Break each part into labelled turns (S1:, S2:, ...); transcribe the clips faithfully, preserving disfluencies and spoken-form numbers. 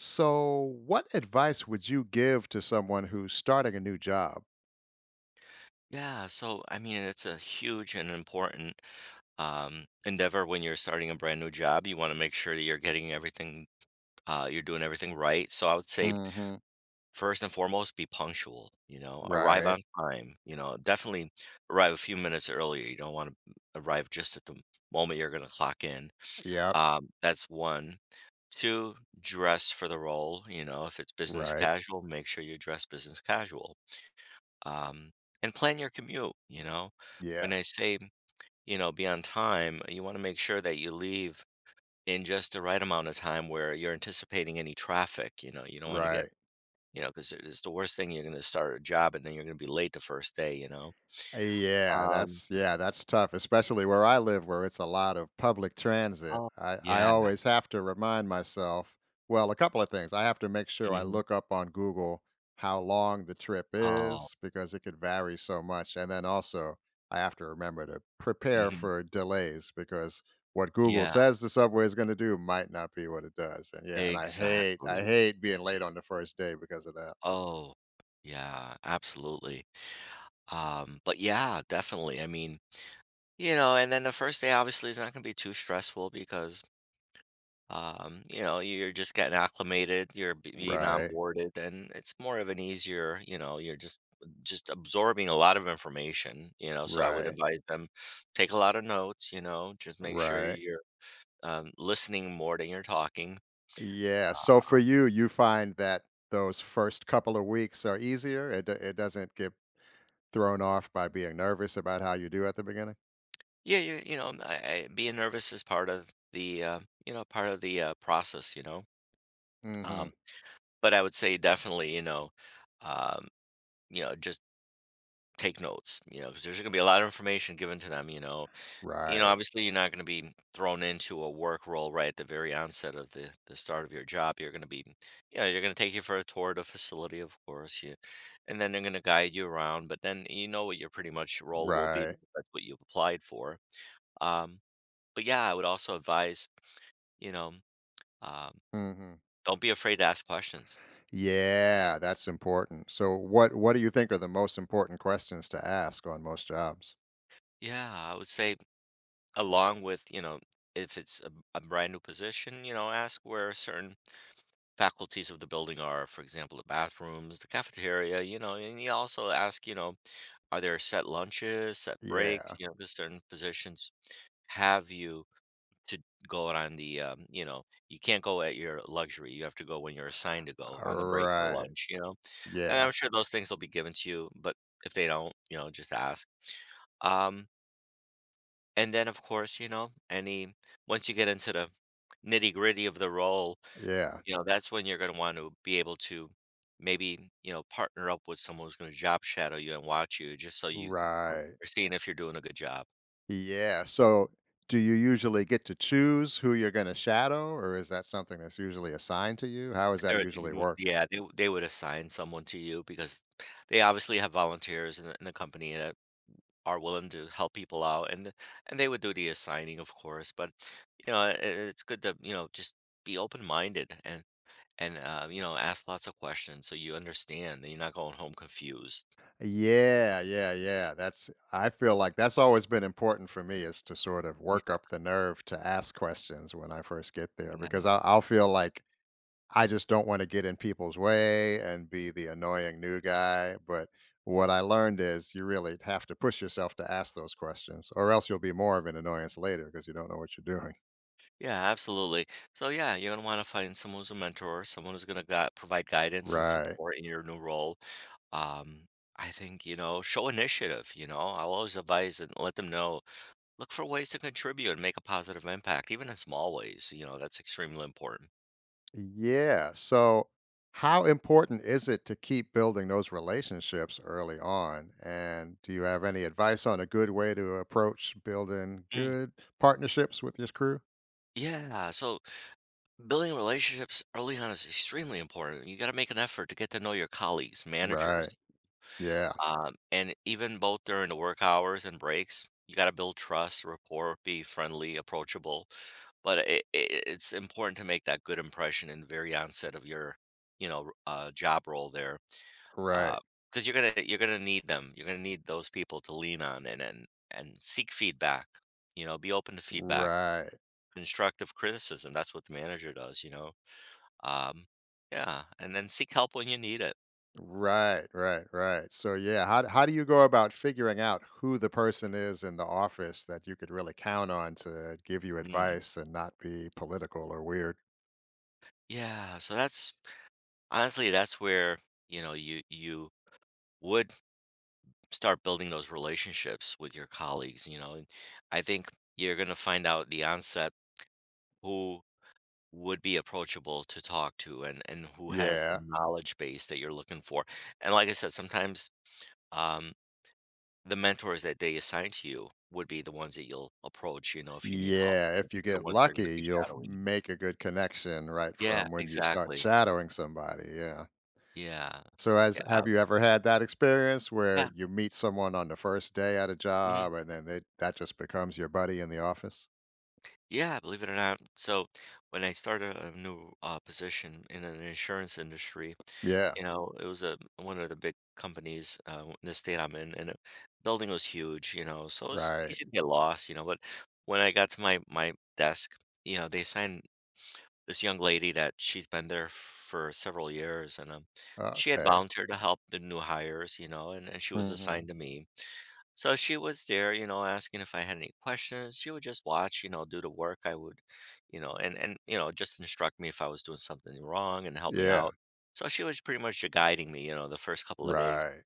S1: So, what advice would you give to someone who's starting a new job?
S2: Yeah, so I mean, it's a huge and important um, endeavor when you're starting a brand new job. You want to make sure that you're getting everything, uh, you're doing everything right. So I would say,
S1: Hmm.
S2: first and foremost, be punctual, you know, arrive
S1: Right.
S2: on time, you know, definitely arrive a few minutes earlier. You don't want to arrive just at the moment you're going to clock in.
S1: Yep.
S2: Um, that's one. Two, dress for the role. You know, if it's business
S1: Right.
S2: casual, make sure you dress business casual um, and plan your commute. You know,
S1: Yeah.
S2: when I say you know be on time, you want to make sure that you leave in just the right amount of time where you're anticipating any traffic. You know, you don't want to get
S1: Right.
S2: you know because it's the worst thing. You're going to start a job and then you're going to be late the first day. You know.
S1: Yeah,
S2: Um,
S1: that's yeah, that's tough, especially where I live, where it's a lot of public transit.
S2: oh,
S1: I, I
S2: yeah.
S1: always have to remind myself, well, a couple of things. I have to make sure I
S2: hmm
S1: look up on Google how long the trip
S2: Oh,
S1: is because it could vary so much. And then also, I have to remember to prepare
S2: hmm
S1: for delays because what Google
S2: yeah.
S1: says the subway is going to do might not be what it does. And yeah, and I hate I
S2: Exactly.
S1: hate being late on the first day because of that.
S2: Oh, yeah. Absolutely. Um, but yeah, definitely. I mean, you know, and then the first day obviously is not going to be too stressful because Um, you know, you're just getting acclimated, you're b- being
S1: Right,
S2: onboarded, and it's more of an easier, you know, you're just just absorbing a lot of information, you know. So I would
S1: right,
S2: advise them take a lot of notes, you know, just make sure
S1: right.
S2: you're um, listening more than you're talking.
S1: Yeah. So for you, you find that those first couple of weeks are easier. It do- it doesn't get thrown off by being nervous about how you do at the beginning.
S2: Yeah, you, you know, I, I, being nervous is part of the uh, you know part of the uh, process, you know.
S1: Hmm.
S2: Um, but I would say definitely, you know, um, you know, just take notes, you know, because there's going to be a lot of information given to them, you know. You know,
S1: Right.
S2: obviously, you're not gonna be thrown into a work role right at the very onset of the the start of your job. You're gonna be you know, you are gonna take you for a tour of the facility, of course, you and then they're gonna guide you around, but then you know what your pretty much role will be
S1: Right.
S2: because that's what you've applied for. Um, but yeah, I would also advise, you know, um,
S1: Hmm.
S2: don't be afraid to ask questions.
S1: Yeah, that's important. So what what do you think are the most important questions to ask on most jobs?
S2: Yeah, I would say along with, you know, if it's a, a brand new position, you know, ask where certain faculties of the building are, for example, the bathrooms, the cafeteria, you know, and you also ask, you know, are there set lunches, set breaks,
S1: Yeah.
S2: you know, because certain positions have you to go on the, um, you know, you can't go at your luxury. You have to go when you're assigned to go on the break or
S1: Right.
S2: lunch, you know. And
S1: Yeah.
S2: I'm sure those things will be given to you, but if they don't, you know, just ask. Um, and then, of course, you know, any, once you get into the nitty gritty of the role,
S1: Yeah.
S2: you know, that's when you're gonna want to be able to maybe, you know, partner up with someone who's gonna job shadow you and watch you just so you can um,
S1: Right.
S2: are seeing if you're doing a good job.
S1: Yeah. So, do you usually get to choose who you're going to shadow, or is that something that's usually assigned to you? How is that
S2: Or they
S1: usually
S2: would
S1: work?
S2: yeah, they would they would assign someone to you because they obviously have volunteers in the in the company that are willing to help people out and and they would do the assigning, of course, but, you know, I it's good to, you know, just be open-minded and and, uh, you know, ask lots of questions so you understand that you're not going home confused.
S1: Yeah, yeah, yeah. That's, I feel like that's always been important for me is to sort of
S2: Yeah,
S1: work up the nerve to ask questions when I first get there because
S2: yeah.
S1: I'll, I'll feel like I just don't want to get in people's way and be the annoying new guy. But what I learned is you really have to push yourself to ask those questions, or else you'll be more of an annoyance later because you don't know what you're doing.
S2: Yeah, absolutely. So yeah, you're gonna want to find someone who's a mentor, someone who's gonna gui- provide guidance and
S1: Right.
S2: support in your new role. Um, I think, you know, show initiative, you know. I'll always advise and let them know, look for ways to contribute and make a positive impact, even in small ways, you know, that's extremely important.
S1: Yeah. So, how important is it to keep building those relationships early on? And do you have any advice on a good way to approach building
S2: Mm,
S1: good partnerships with your crew?
S2: yeah, so building relationships early on is extremely important. You got to make an effort to get to know your colleagues,
S1: Right.
S2: managers,
S1: Yeah.
S2: Um, and even both during the work hours and breaks, you got to build trust, rapport, be friendly, approachable. But it, it, it's important to make that good impression in the very onset of your, you know, uh, job role there,
S1: Right.
S2: because you're gonna you're gonna need them. You're gonna need those people to lean on and and and seek feedback. You know, be open to feedback,
S1: Right.
S2: constructive criticism. That's what the manager does. You know, um, yeah, and then seek help when you need it.
S1: Right. Right. Right. So, yeah, how, d- how do you go about figuring out who the person is in the office that you could really count on to give you
S2: Mm.
S1: advice and not be political or weird?
S2: Yeah, so that's honestly, that's where, you know, you you would start building those relationships with your colleagues, you know, and I think you're going to find out the onset who would be approachable to talk to and and who has the
S1: Yeah.
S2: knowledge base that you're looking for. And like I said, sometimes um the mentors that they assign to you would be the ones that you'll approach, you know, if you need help.
S1: Yeah, if you
S2: They're the
S1: get
S2: ones that are going to
S1: lucky,
S2: be
S1: you'll f
S2: shadowing you.
S1: make a good connection right
S2: Yeah,
S1: from when you start
S2: exactly.
S1: shadowing somebody, yeah.
S2: Yeah.
S1: So as
S2: Yeah.
S1: have you ever had that experience where
S2: Yeah.
S1: you meet someone on the first day at a
S2: Mhm.
S1: job and then they that just becomes your buddy in the office?
S2: Yeah, believe it or not. So when I started a new uh, position in an insurance industry,
S1: Yeah,
S2: you know, it was a one of the big companies uh, in the state I'm in, and the building was huge, you know, so it's
S1: right.
S2: easy to get lost, you know. But when I got to my my desk, you know, they assigned this young lady that she's been there for several years, and um, she had
S1: Okay.
S2: volunteered to help the new hires, you know, and, and she was
S1: Mhm.
S2: assigned to me. So she was there, you know, asking if I had any questions. She would just watch, you know, do the work I would, you know, and and you know, just instruct me if I was doing something wrong and help me
S1: Yeah,
S2: out. So she was pretty much guiding me, you know, the first couple of days.
S1: right.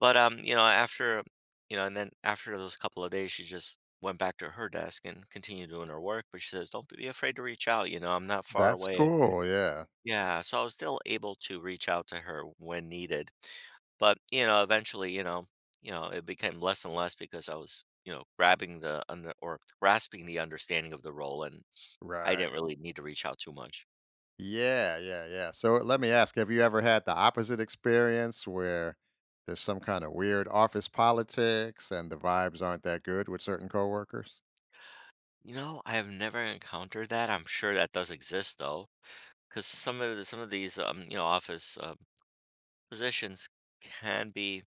S2: But um, you know, after, you know, and then after those couple of days, she just went back to her desk and continued doing her work. But she says, "Don't be afraid to reach out. You know, I'm not far
S1: That's
S2: away."
S1: cool, yeah.
S2: Yeah, so I was still able to reach out to her when needed. But, you know, eventually, you know, you know, it became less and less because I was, you know, grabbing the under or grasping the understanding of the role and I didn't
S1: Right.
S2: really need to reach out too much.
S1: Yeah, yeah, yeah. So let me ask, have you ever had the opposite experience where there's some kind of weird office politics and the vibes aren't that good with certain coworkers?
S2: You know, I have never encountered that. I'm sure that does exist though, because some of the, some of these, um, you know, office um, positions can be,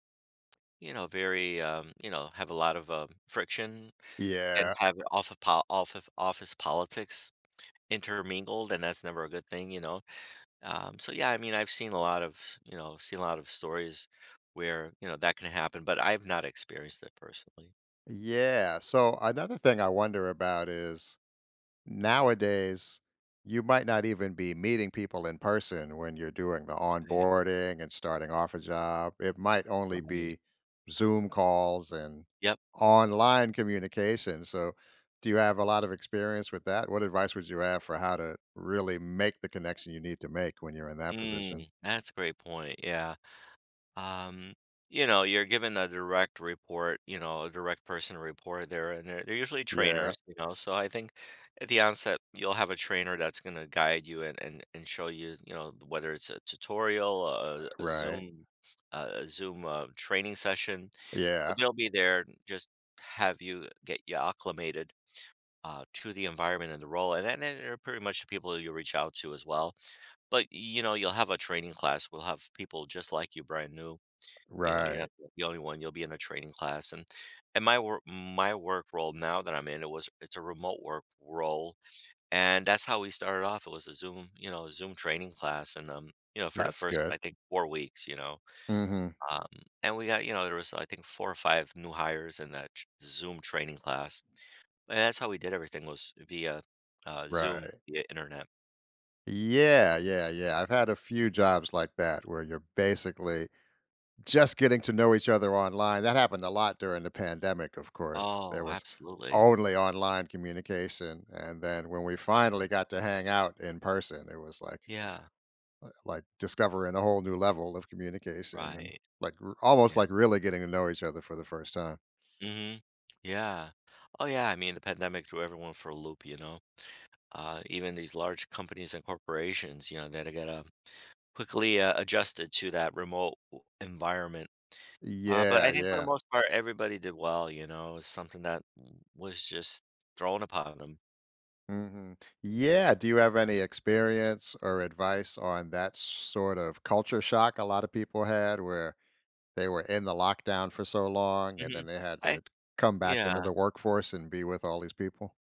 S2: you know, very, um, you know, have a lot of um friction and
S1: Yeah.
S2: have off of po off of office politics intermingled, and that's never a good thing, you know. Um, so yeah, I mean, I've seen a lot of, you know, seen a lot of stories where you know that can happen, but I've not experienced it personally.
S1: Yeah. So another thing I wonder about is nowadays, you might not even be meeting people in person when you're doing the
S2: Right,
S1: onboarding and starting off a job. It might only
S2: right.
S1: be Zoom calls and
S2: Yep.
S1: online communication. So, do you have a lot of experience with that? What advice would you have for how to really make the connection you need to make when you're in that position?
S2: Mm, that's a great point. Yeah. um you know you're given a direct report you know a direct person to report there and they're, they're usually
S1: Yeah,
S2: trainers you know so I think at the onset you'll have a trainer that's going to guide you and, and and show you you know whether it's a tutorial a, a
S1: right.
S2: zoom uh, a zoom uh, training session
S1: Yeah,
S2: but they'll be there just have you get you acclimated uh, to the environment and the role and, and then they're pretty much the people you reach out to as well but you know you'll have a training class we'll have people just like you brand new you know, you're
S1: right.
S2: not the only one. You'll be in a training class, and and my work my work role now that I'm in it was it's a remote work role, and that's how we started off. It was a Zoom, you know, Zoom training class, and um, you know, for the
S1: That's
S2: first
S1: good.
S2: I think four weeks, you know,
S1: Mhm.
S2: um, and we got you know there was I think four or five new hires in that tr- Zoom training class, and that's how we did everything was via uh, Zoom
S1: Right.
S2: via internet.
S1: Yeah, yeah, yeah. I've had a few jobs like that where you're basically just getting to know each other online. That happened a lot during the pandemic, of course. There
S2: Oh,
S1: was
S2: absolutely.
S1: only online communication, and then when we finally got to hang out in person, it was like
S2: Yeah.
S1: uh, like discovering a whole new level of communication and,
S2: Right.
S1: like, r almost
S2: Yeah.
S1: like really getting to know each other for the first time.
S2: Mhm. Yeah. Oh, yeah, I mean, the pandemic threw everyone for a loop, you know? Uh, even these large companies and corporations, you know, that gotta quickly, uh, adjusted to that remote w environment. Uh, but
S1: Yeah,
S2: I think for the
S1: yeah.
S2: most part, everybody did well, you know? It's something that w was just thrown upon them.
S1: Mhm. Yeah, do you have any experience or advice on that sort of culture shock a lot of people had where they were in the lockdown for so long, and then
S2: Mhm.
S1: they had
S2: I
S1: to come back into
S2: Yeah.
S1: the workforce and be with all these people.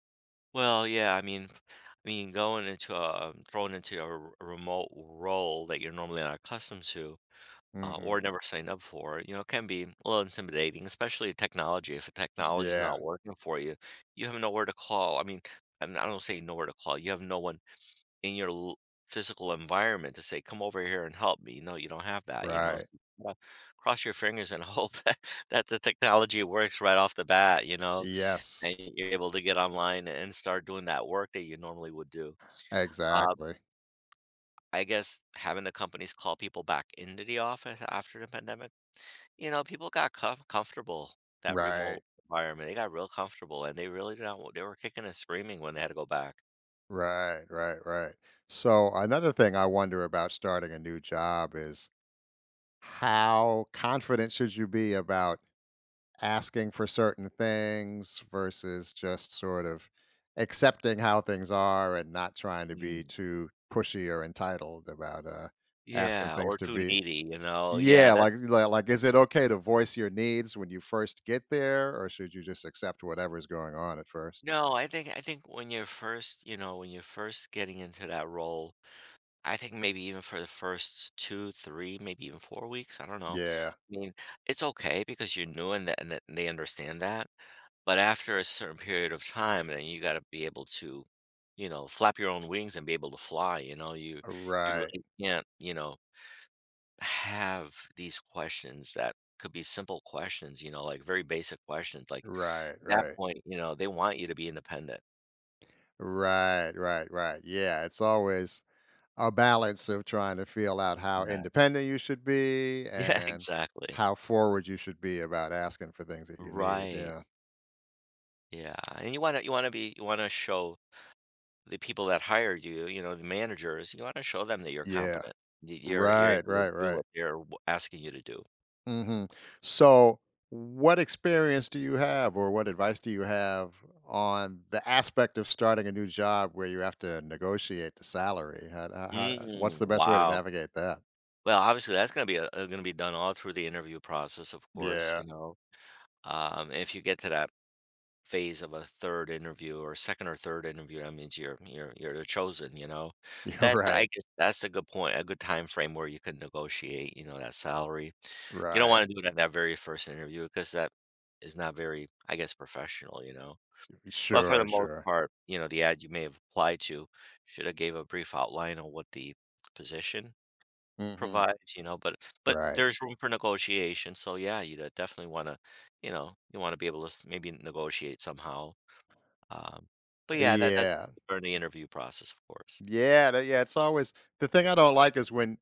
S2: Well, yeah, I mean f- I mean, going into a thrown into a r a remote role that you're normally not accustomed to uh,
S1: Mhm.
S2: or never signed up for, you know, can be a little intimidating, especially technology. If the technology is
S1: Yeah,
S2: not working for you, you have nowhere to call. I mean, I'm- I don't say nowhere to call. You have no one in your l- physical environment to say, "Come over here and help me." No, you don't have that. You know,
S1: right.
S2: so you gotta cross your fingers and hope that, that the technology works right off the bat. You know,
S1: Yes,
S2: and you're able to get online and start doing that work that you normally would do. Uh,
S1: exactly.
S2: I guess having the companies call people back into the office after the pandemic, you know, people got comf comfortable, that
S1: Right,
S2: remote environment. They got real comfortable, and they really did not, they were kicking and screaming when they had to go back.
S1: right, right, right. So another thing I wonder about starting a new job is how confident should you be about asking for certain things versus just sort of accepting how things are and not trying to be
S2: Mm.
S1: too pushy or entitled about uh, asking
S2: Yeah,
S1: things
S2: or
S1: to
S2: too
S1: be.
S2: needy, you know? Yeah,
S1: Yeah,
S2: that.
S1: like, like like is it okay to voice your needs when you first get there, or should you just accept whatever's going on at first?
S2: No, I think I think when you're first, you know, when you're first getting into that role, I think maybe even for the first two, three, maybe even four weeks, I don't know.
S1: Yeah,
S2: I mean, it's okay because you're new, and th and th they understand that. But after a certain period of time, then you gotta be able to, you know, flap your own wings and be able to fly, you know? You you
S1: right,
S2: really can't, you know, have these questions that could be simple questions, you know, like, very basic questions, like,
S1: right,
S2: at that
S1: right,
S2: point, you know, they want you to be independent.
S1: right, right, right. Yeah, it's always a balance of trying to feel out how
S2: Yeah.
S1: independent you should be
S2: Yeah,
S1: and
S2: exactly.
S1: how forward you should be about asking for things that you need.
S2: Right.
S1: Yeah.
S2: Yeah, and you wanna you wanna be you wanna show the people that hire you, you know, the managers, you wanna show them that you're
S1: Yeah.
S2: competent, that you're you're
S1: Right,
S2: able to
S1: right,
S2: do
S1: right.
S2: what they're w asking you to do.
S1: Hmm. So, what experience do you have, or what advice do you have on the aspect of starting a new job where you have to negotiate the salary? How, how, how- what's
S2: Mm,
S1: the best way to
S2: wow.
S1: navigate that?
S2: Well, obviously, that's gonna be a uh, gonna be done all through the interview process, of course,
S1: Yeah,
S2: you know? Um, if you get to that phase of a third interview, or second or third interview, that means you're you're you're chosen, you know?
S1: you're
S2: That's I
S1: right,
S2: guess that's a good point, a good time frame where you can negotiate, you know, that salary. You don't
S1: right.
S2: wanna do it at that very first interview because that is not very, I guess, professional, you know? But for the
S1: Sure,
S2: most
S1: sure.
S2: part, you know, the ad you may have applied to should have gave a brief outline on what the position
S1: Hmm.
S2: provides, you know, but but
S1: Right.
S2: there's room for negotiation, so yeah, you d definitely wanna, you know, you wanna be able to s maybe negotiate somehow, um, but yeah, that that's
S1: Yeah.
S2: during the interview process, of course.
S1: Yeah, that yeah, it's always the thing I don't like is when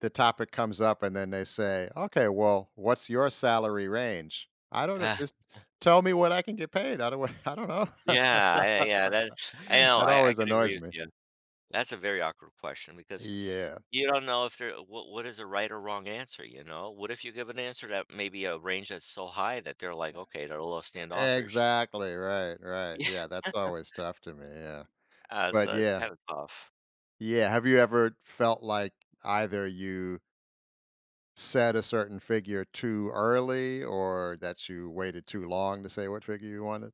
S1: the topic comes up and then they say, "Okay, well, what's your salary range?" I don't know.
S2: Ah,
S1: Just tell me what I can get paid. I don't wa- I don't know.
S2: yeah, yeah, yeah, that. I know,
S1: That
S2: I I
S1: always
S2: can agree
S1: annoys
S2: with
S1: me.
S2: you. That's a very awkward question because
S1: Yeah.
S2: you don't know if there, what what is a right or wrong answer, you know? What if you give an answer that maybe a range that's so high that they're like, "Okay, they're a little standoffish."
S1: Exactly. Right, right. Yeah, that's always tough to me. Yeah.
S2: Yeah,
S1: But
S2: so it's
S1: yeah.
S2: kinda tough.
S1: Yeah, have you ever felt like either you said a certain figure too early or that you waited too long to say what figure you wanted?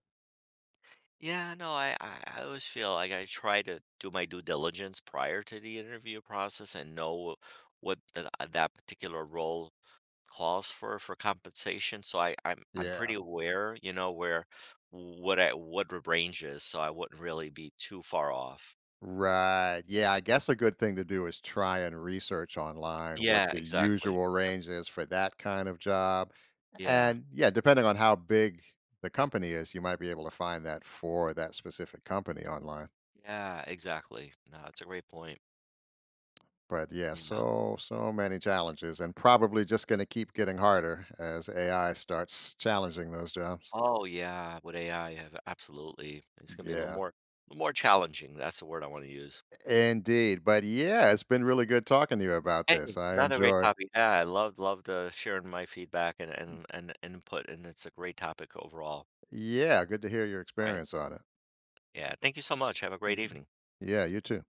S2: Yeah, no, I, I I always feel like I try to do my due diligence prior to the interview process and know what the, uh, that particular role calls for for compensation. So I, I'm I'm
S1: Yeah.
S2: pretty aware, you know, where what I what the range is, so I wouldn't really be too far off.
S1: Right. Yeah, I guess a good thing to do is try and research online what
S2: Yeah,
S1: the
S2: exactly.
S1: usual
S2: Yep.
S1: range is for that kind of job.
S2: Yeah,
S1: And yeah, depending on how big the company is, you might be able to find that for that specific company online.
S2: yeah, exactly. No, it's a great point.
S1: But yeah,
S2: Yeah.
S1: so so many challenges and probably just going to keep getting harder as A I starts challenging those jobs.
S2: Oh yeah, with A I, have absolutely. It's gonna be a little
S1: Yeah,
S2: more more challenging. That's the word I want to use.
S1: indeed. But yeah, it's been really good talking to you about this.
S2: Hey,
S1: I
S2: another great
S1: enjoy.
S2: topic. Yeah, I love loved, uh, sharing my feedback and and and input, and it's a great topic overall.
S1: Yeah, good to hear your
S2: All right.
S1: experience on it.
S2: Yeah, thank you so much. Have a great
S1: Mhm.
S2: evening.
S1: Yeah, you too.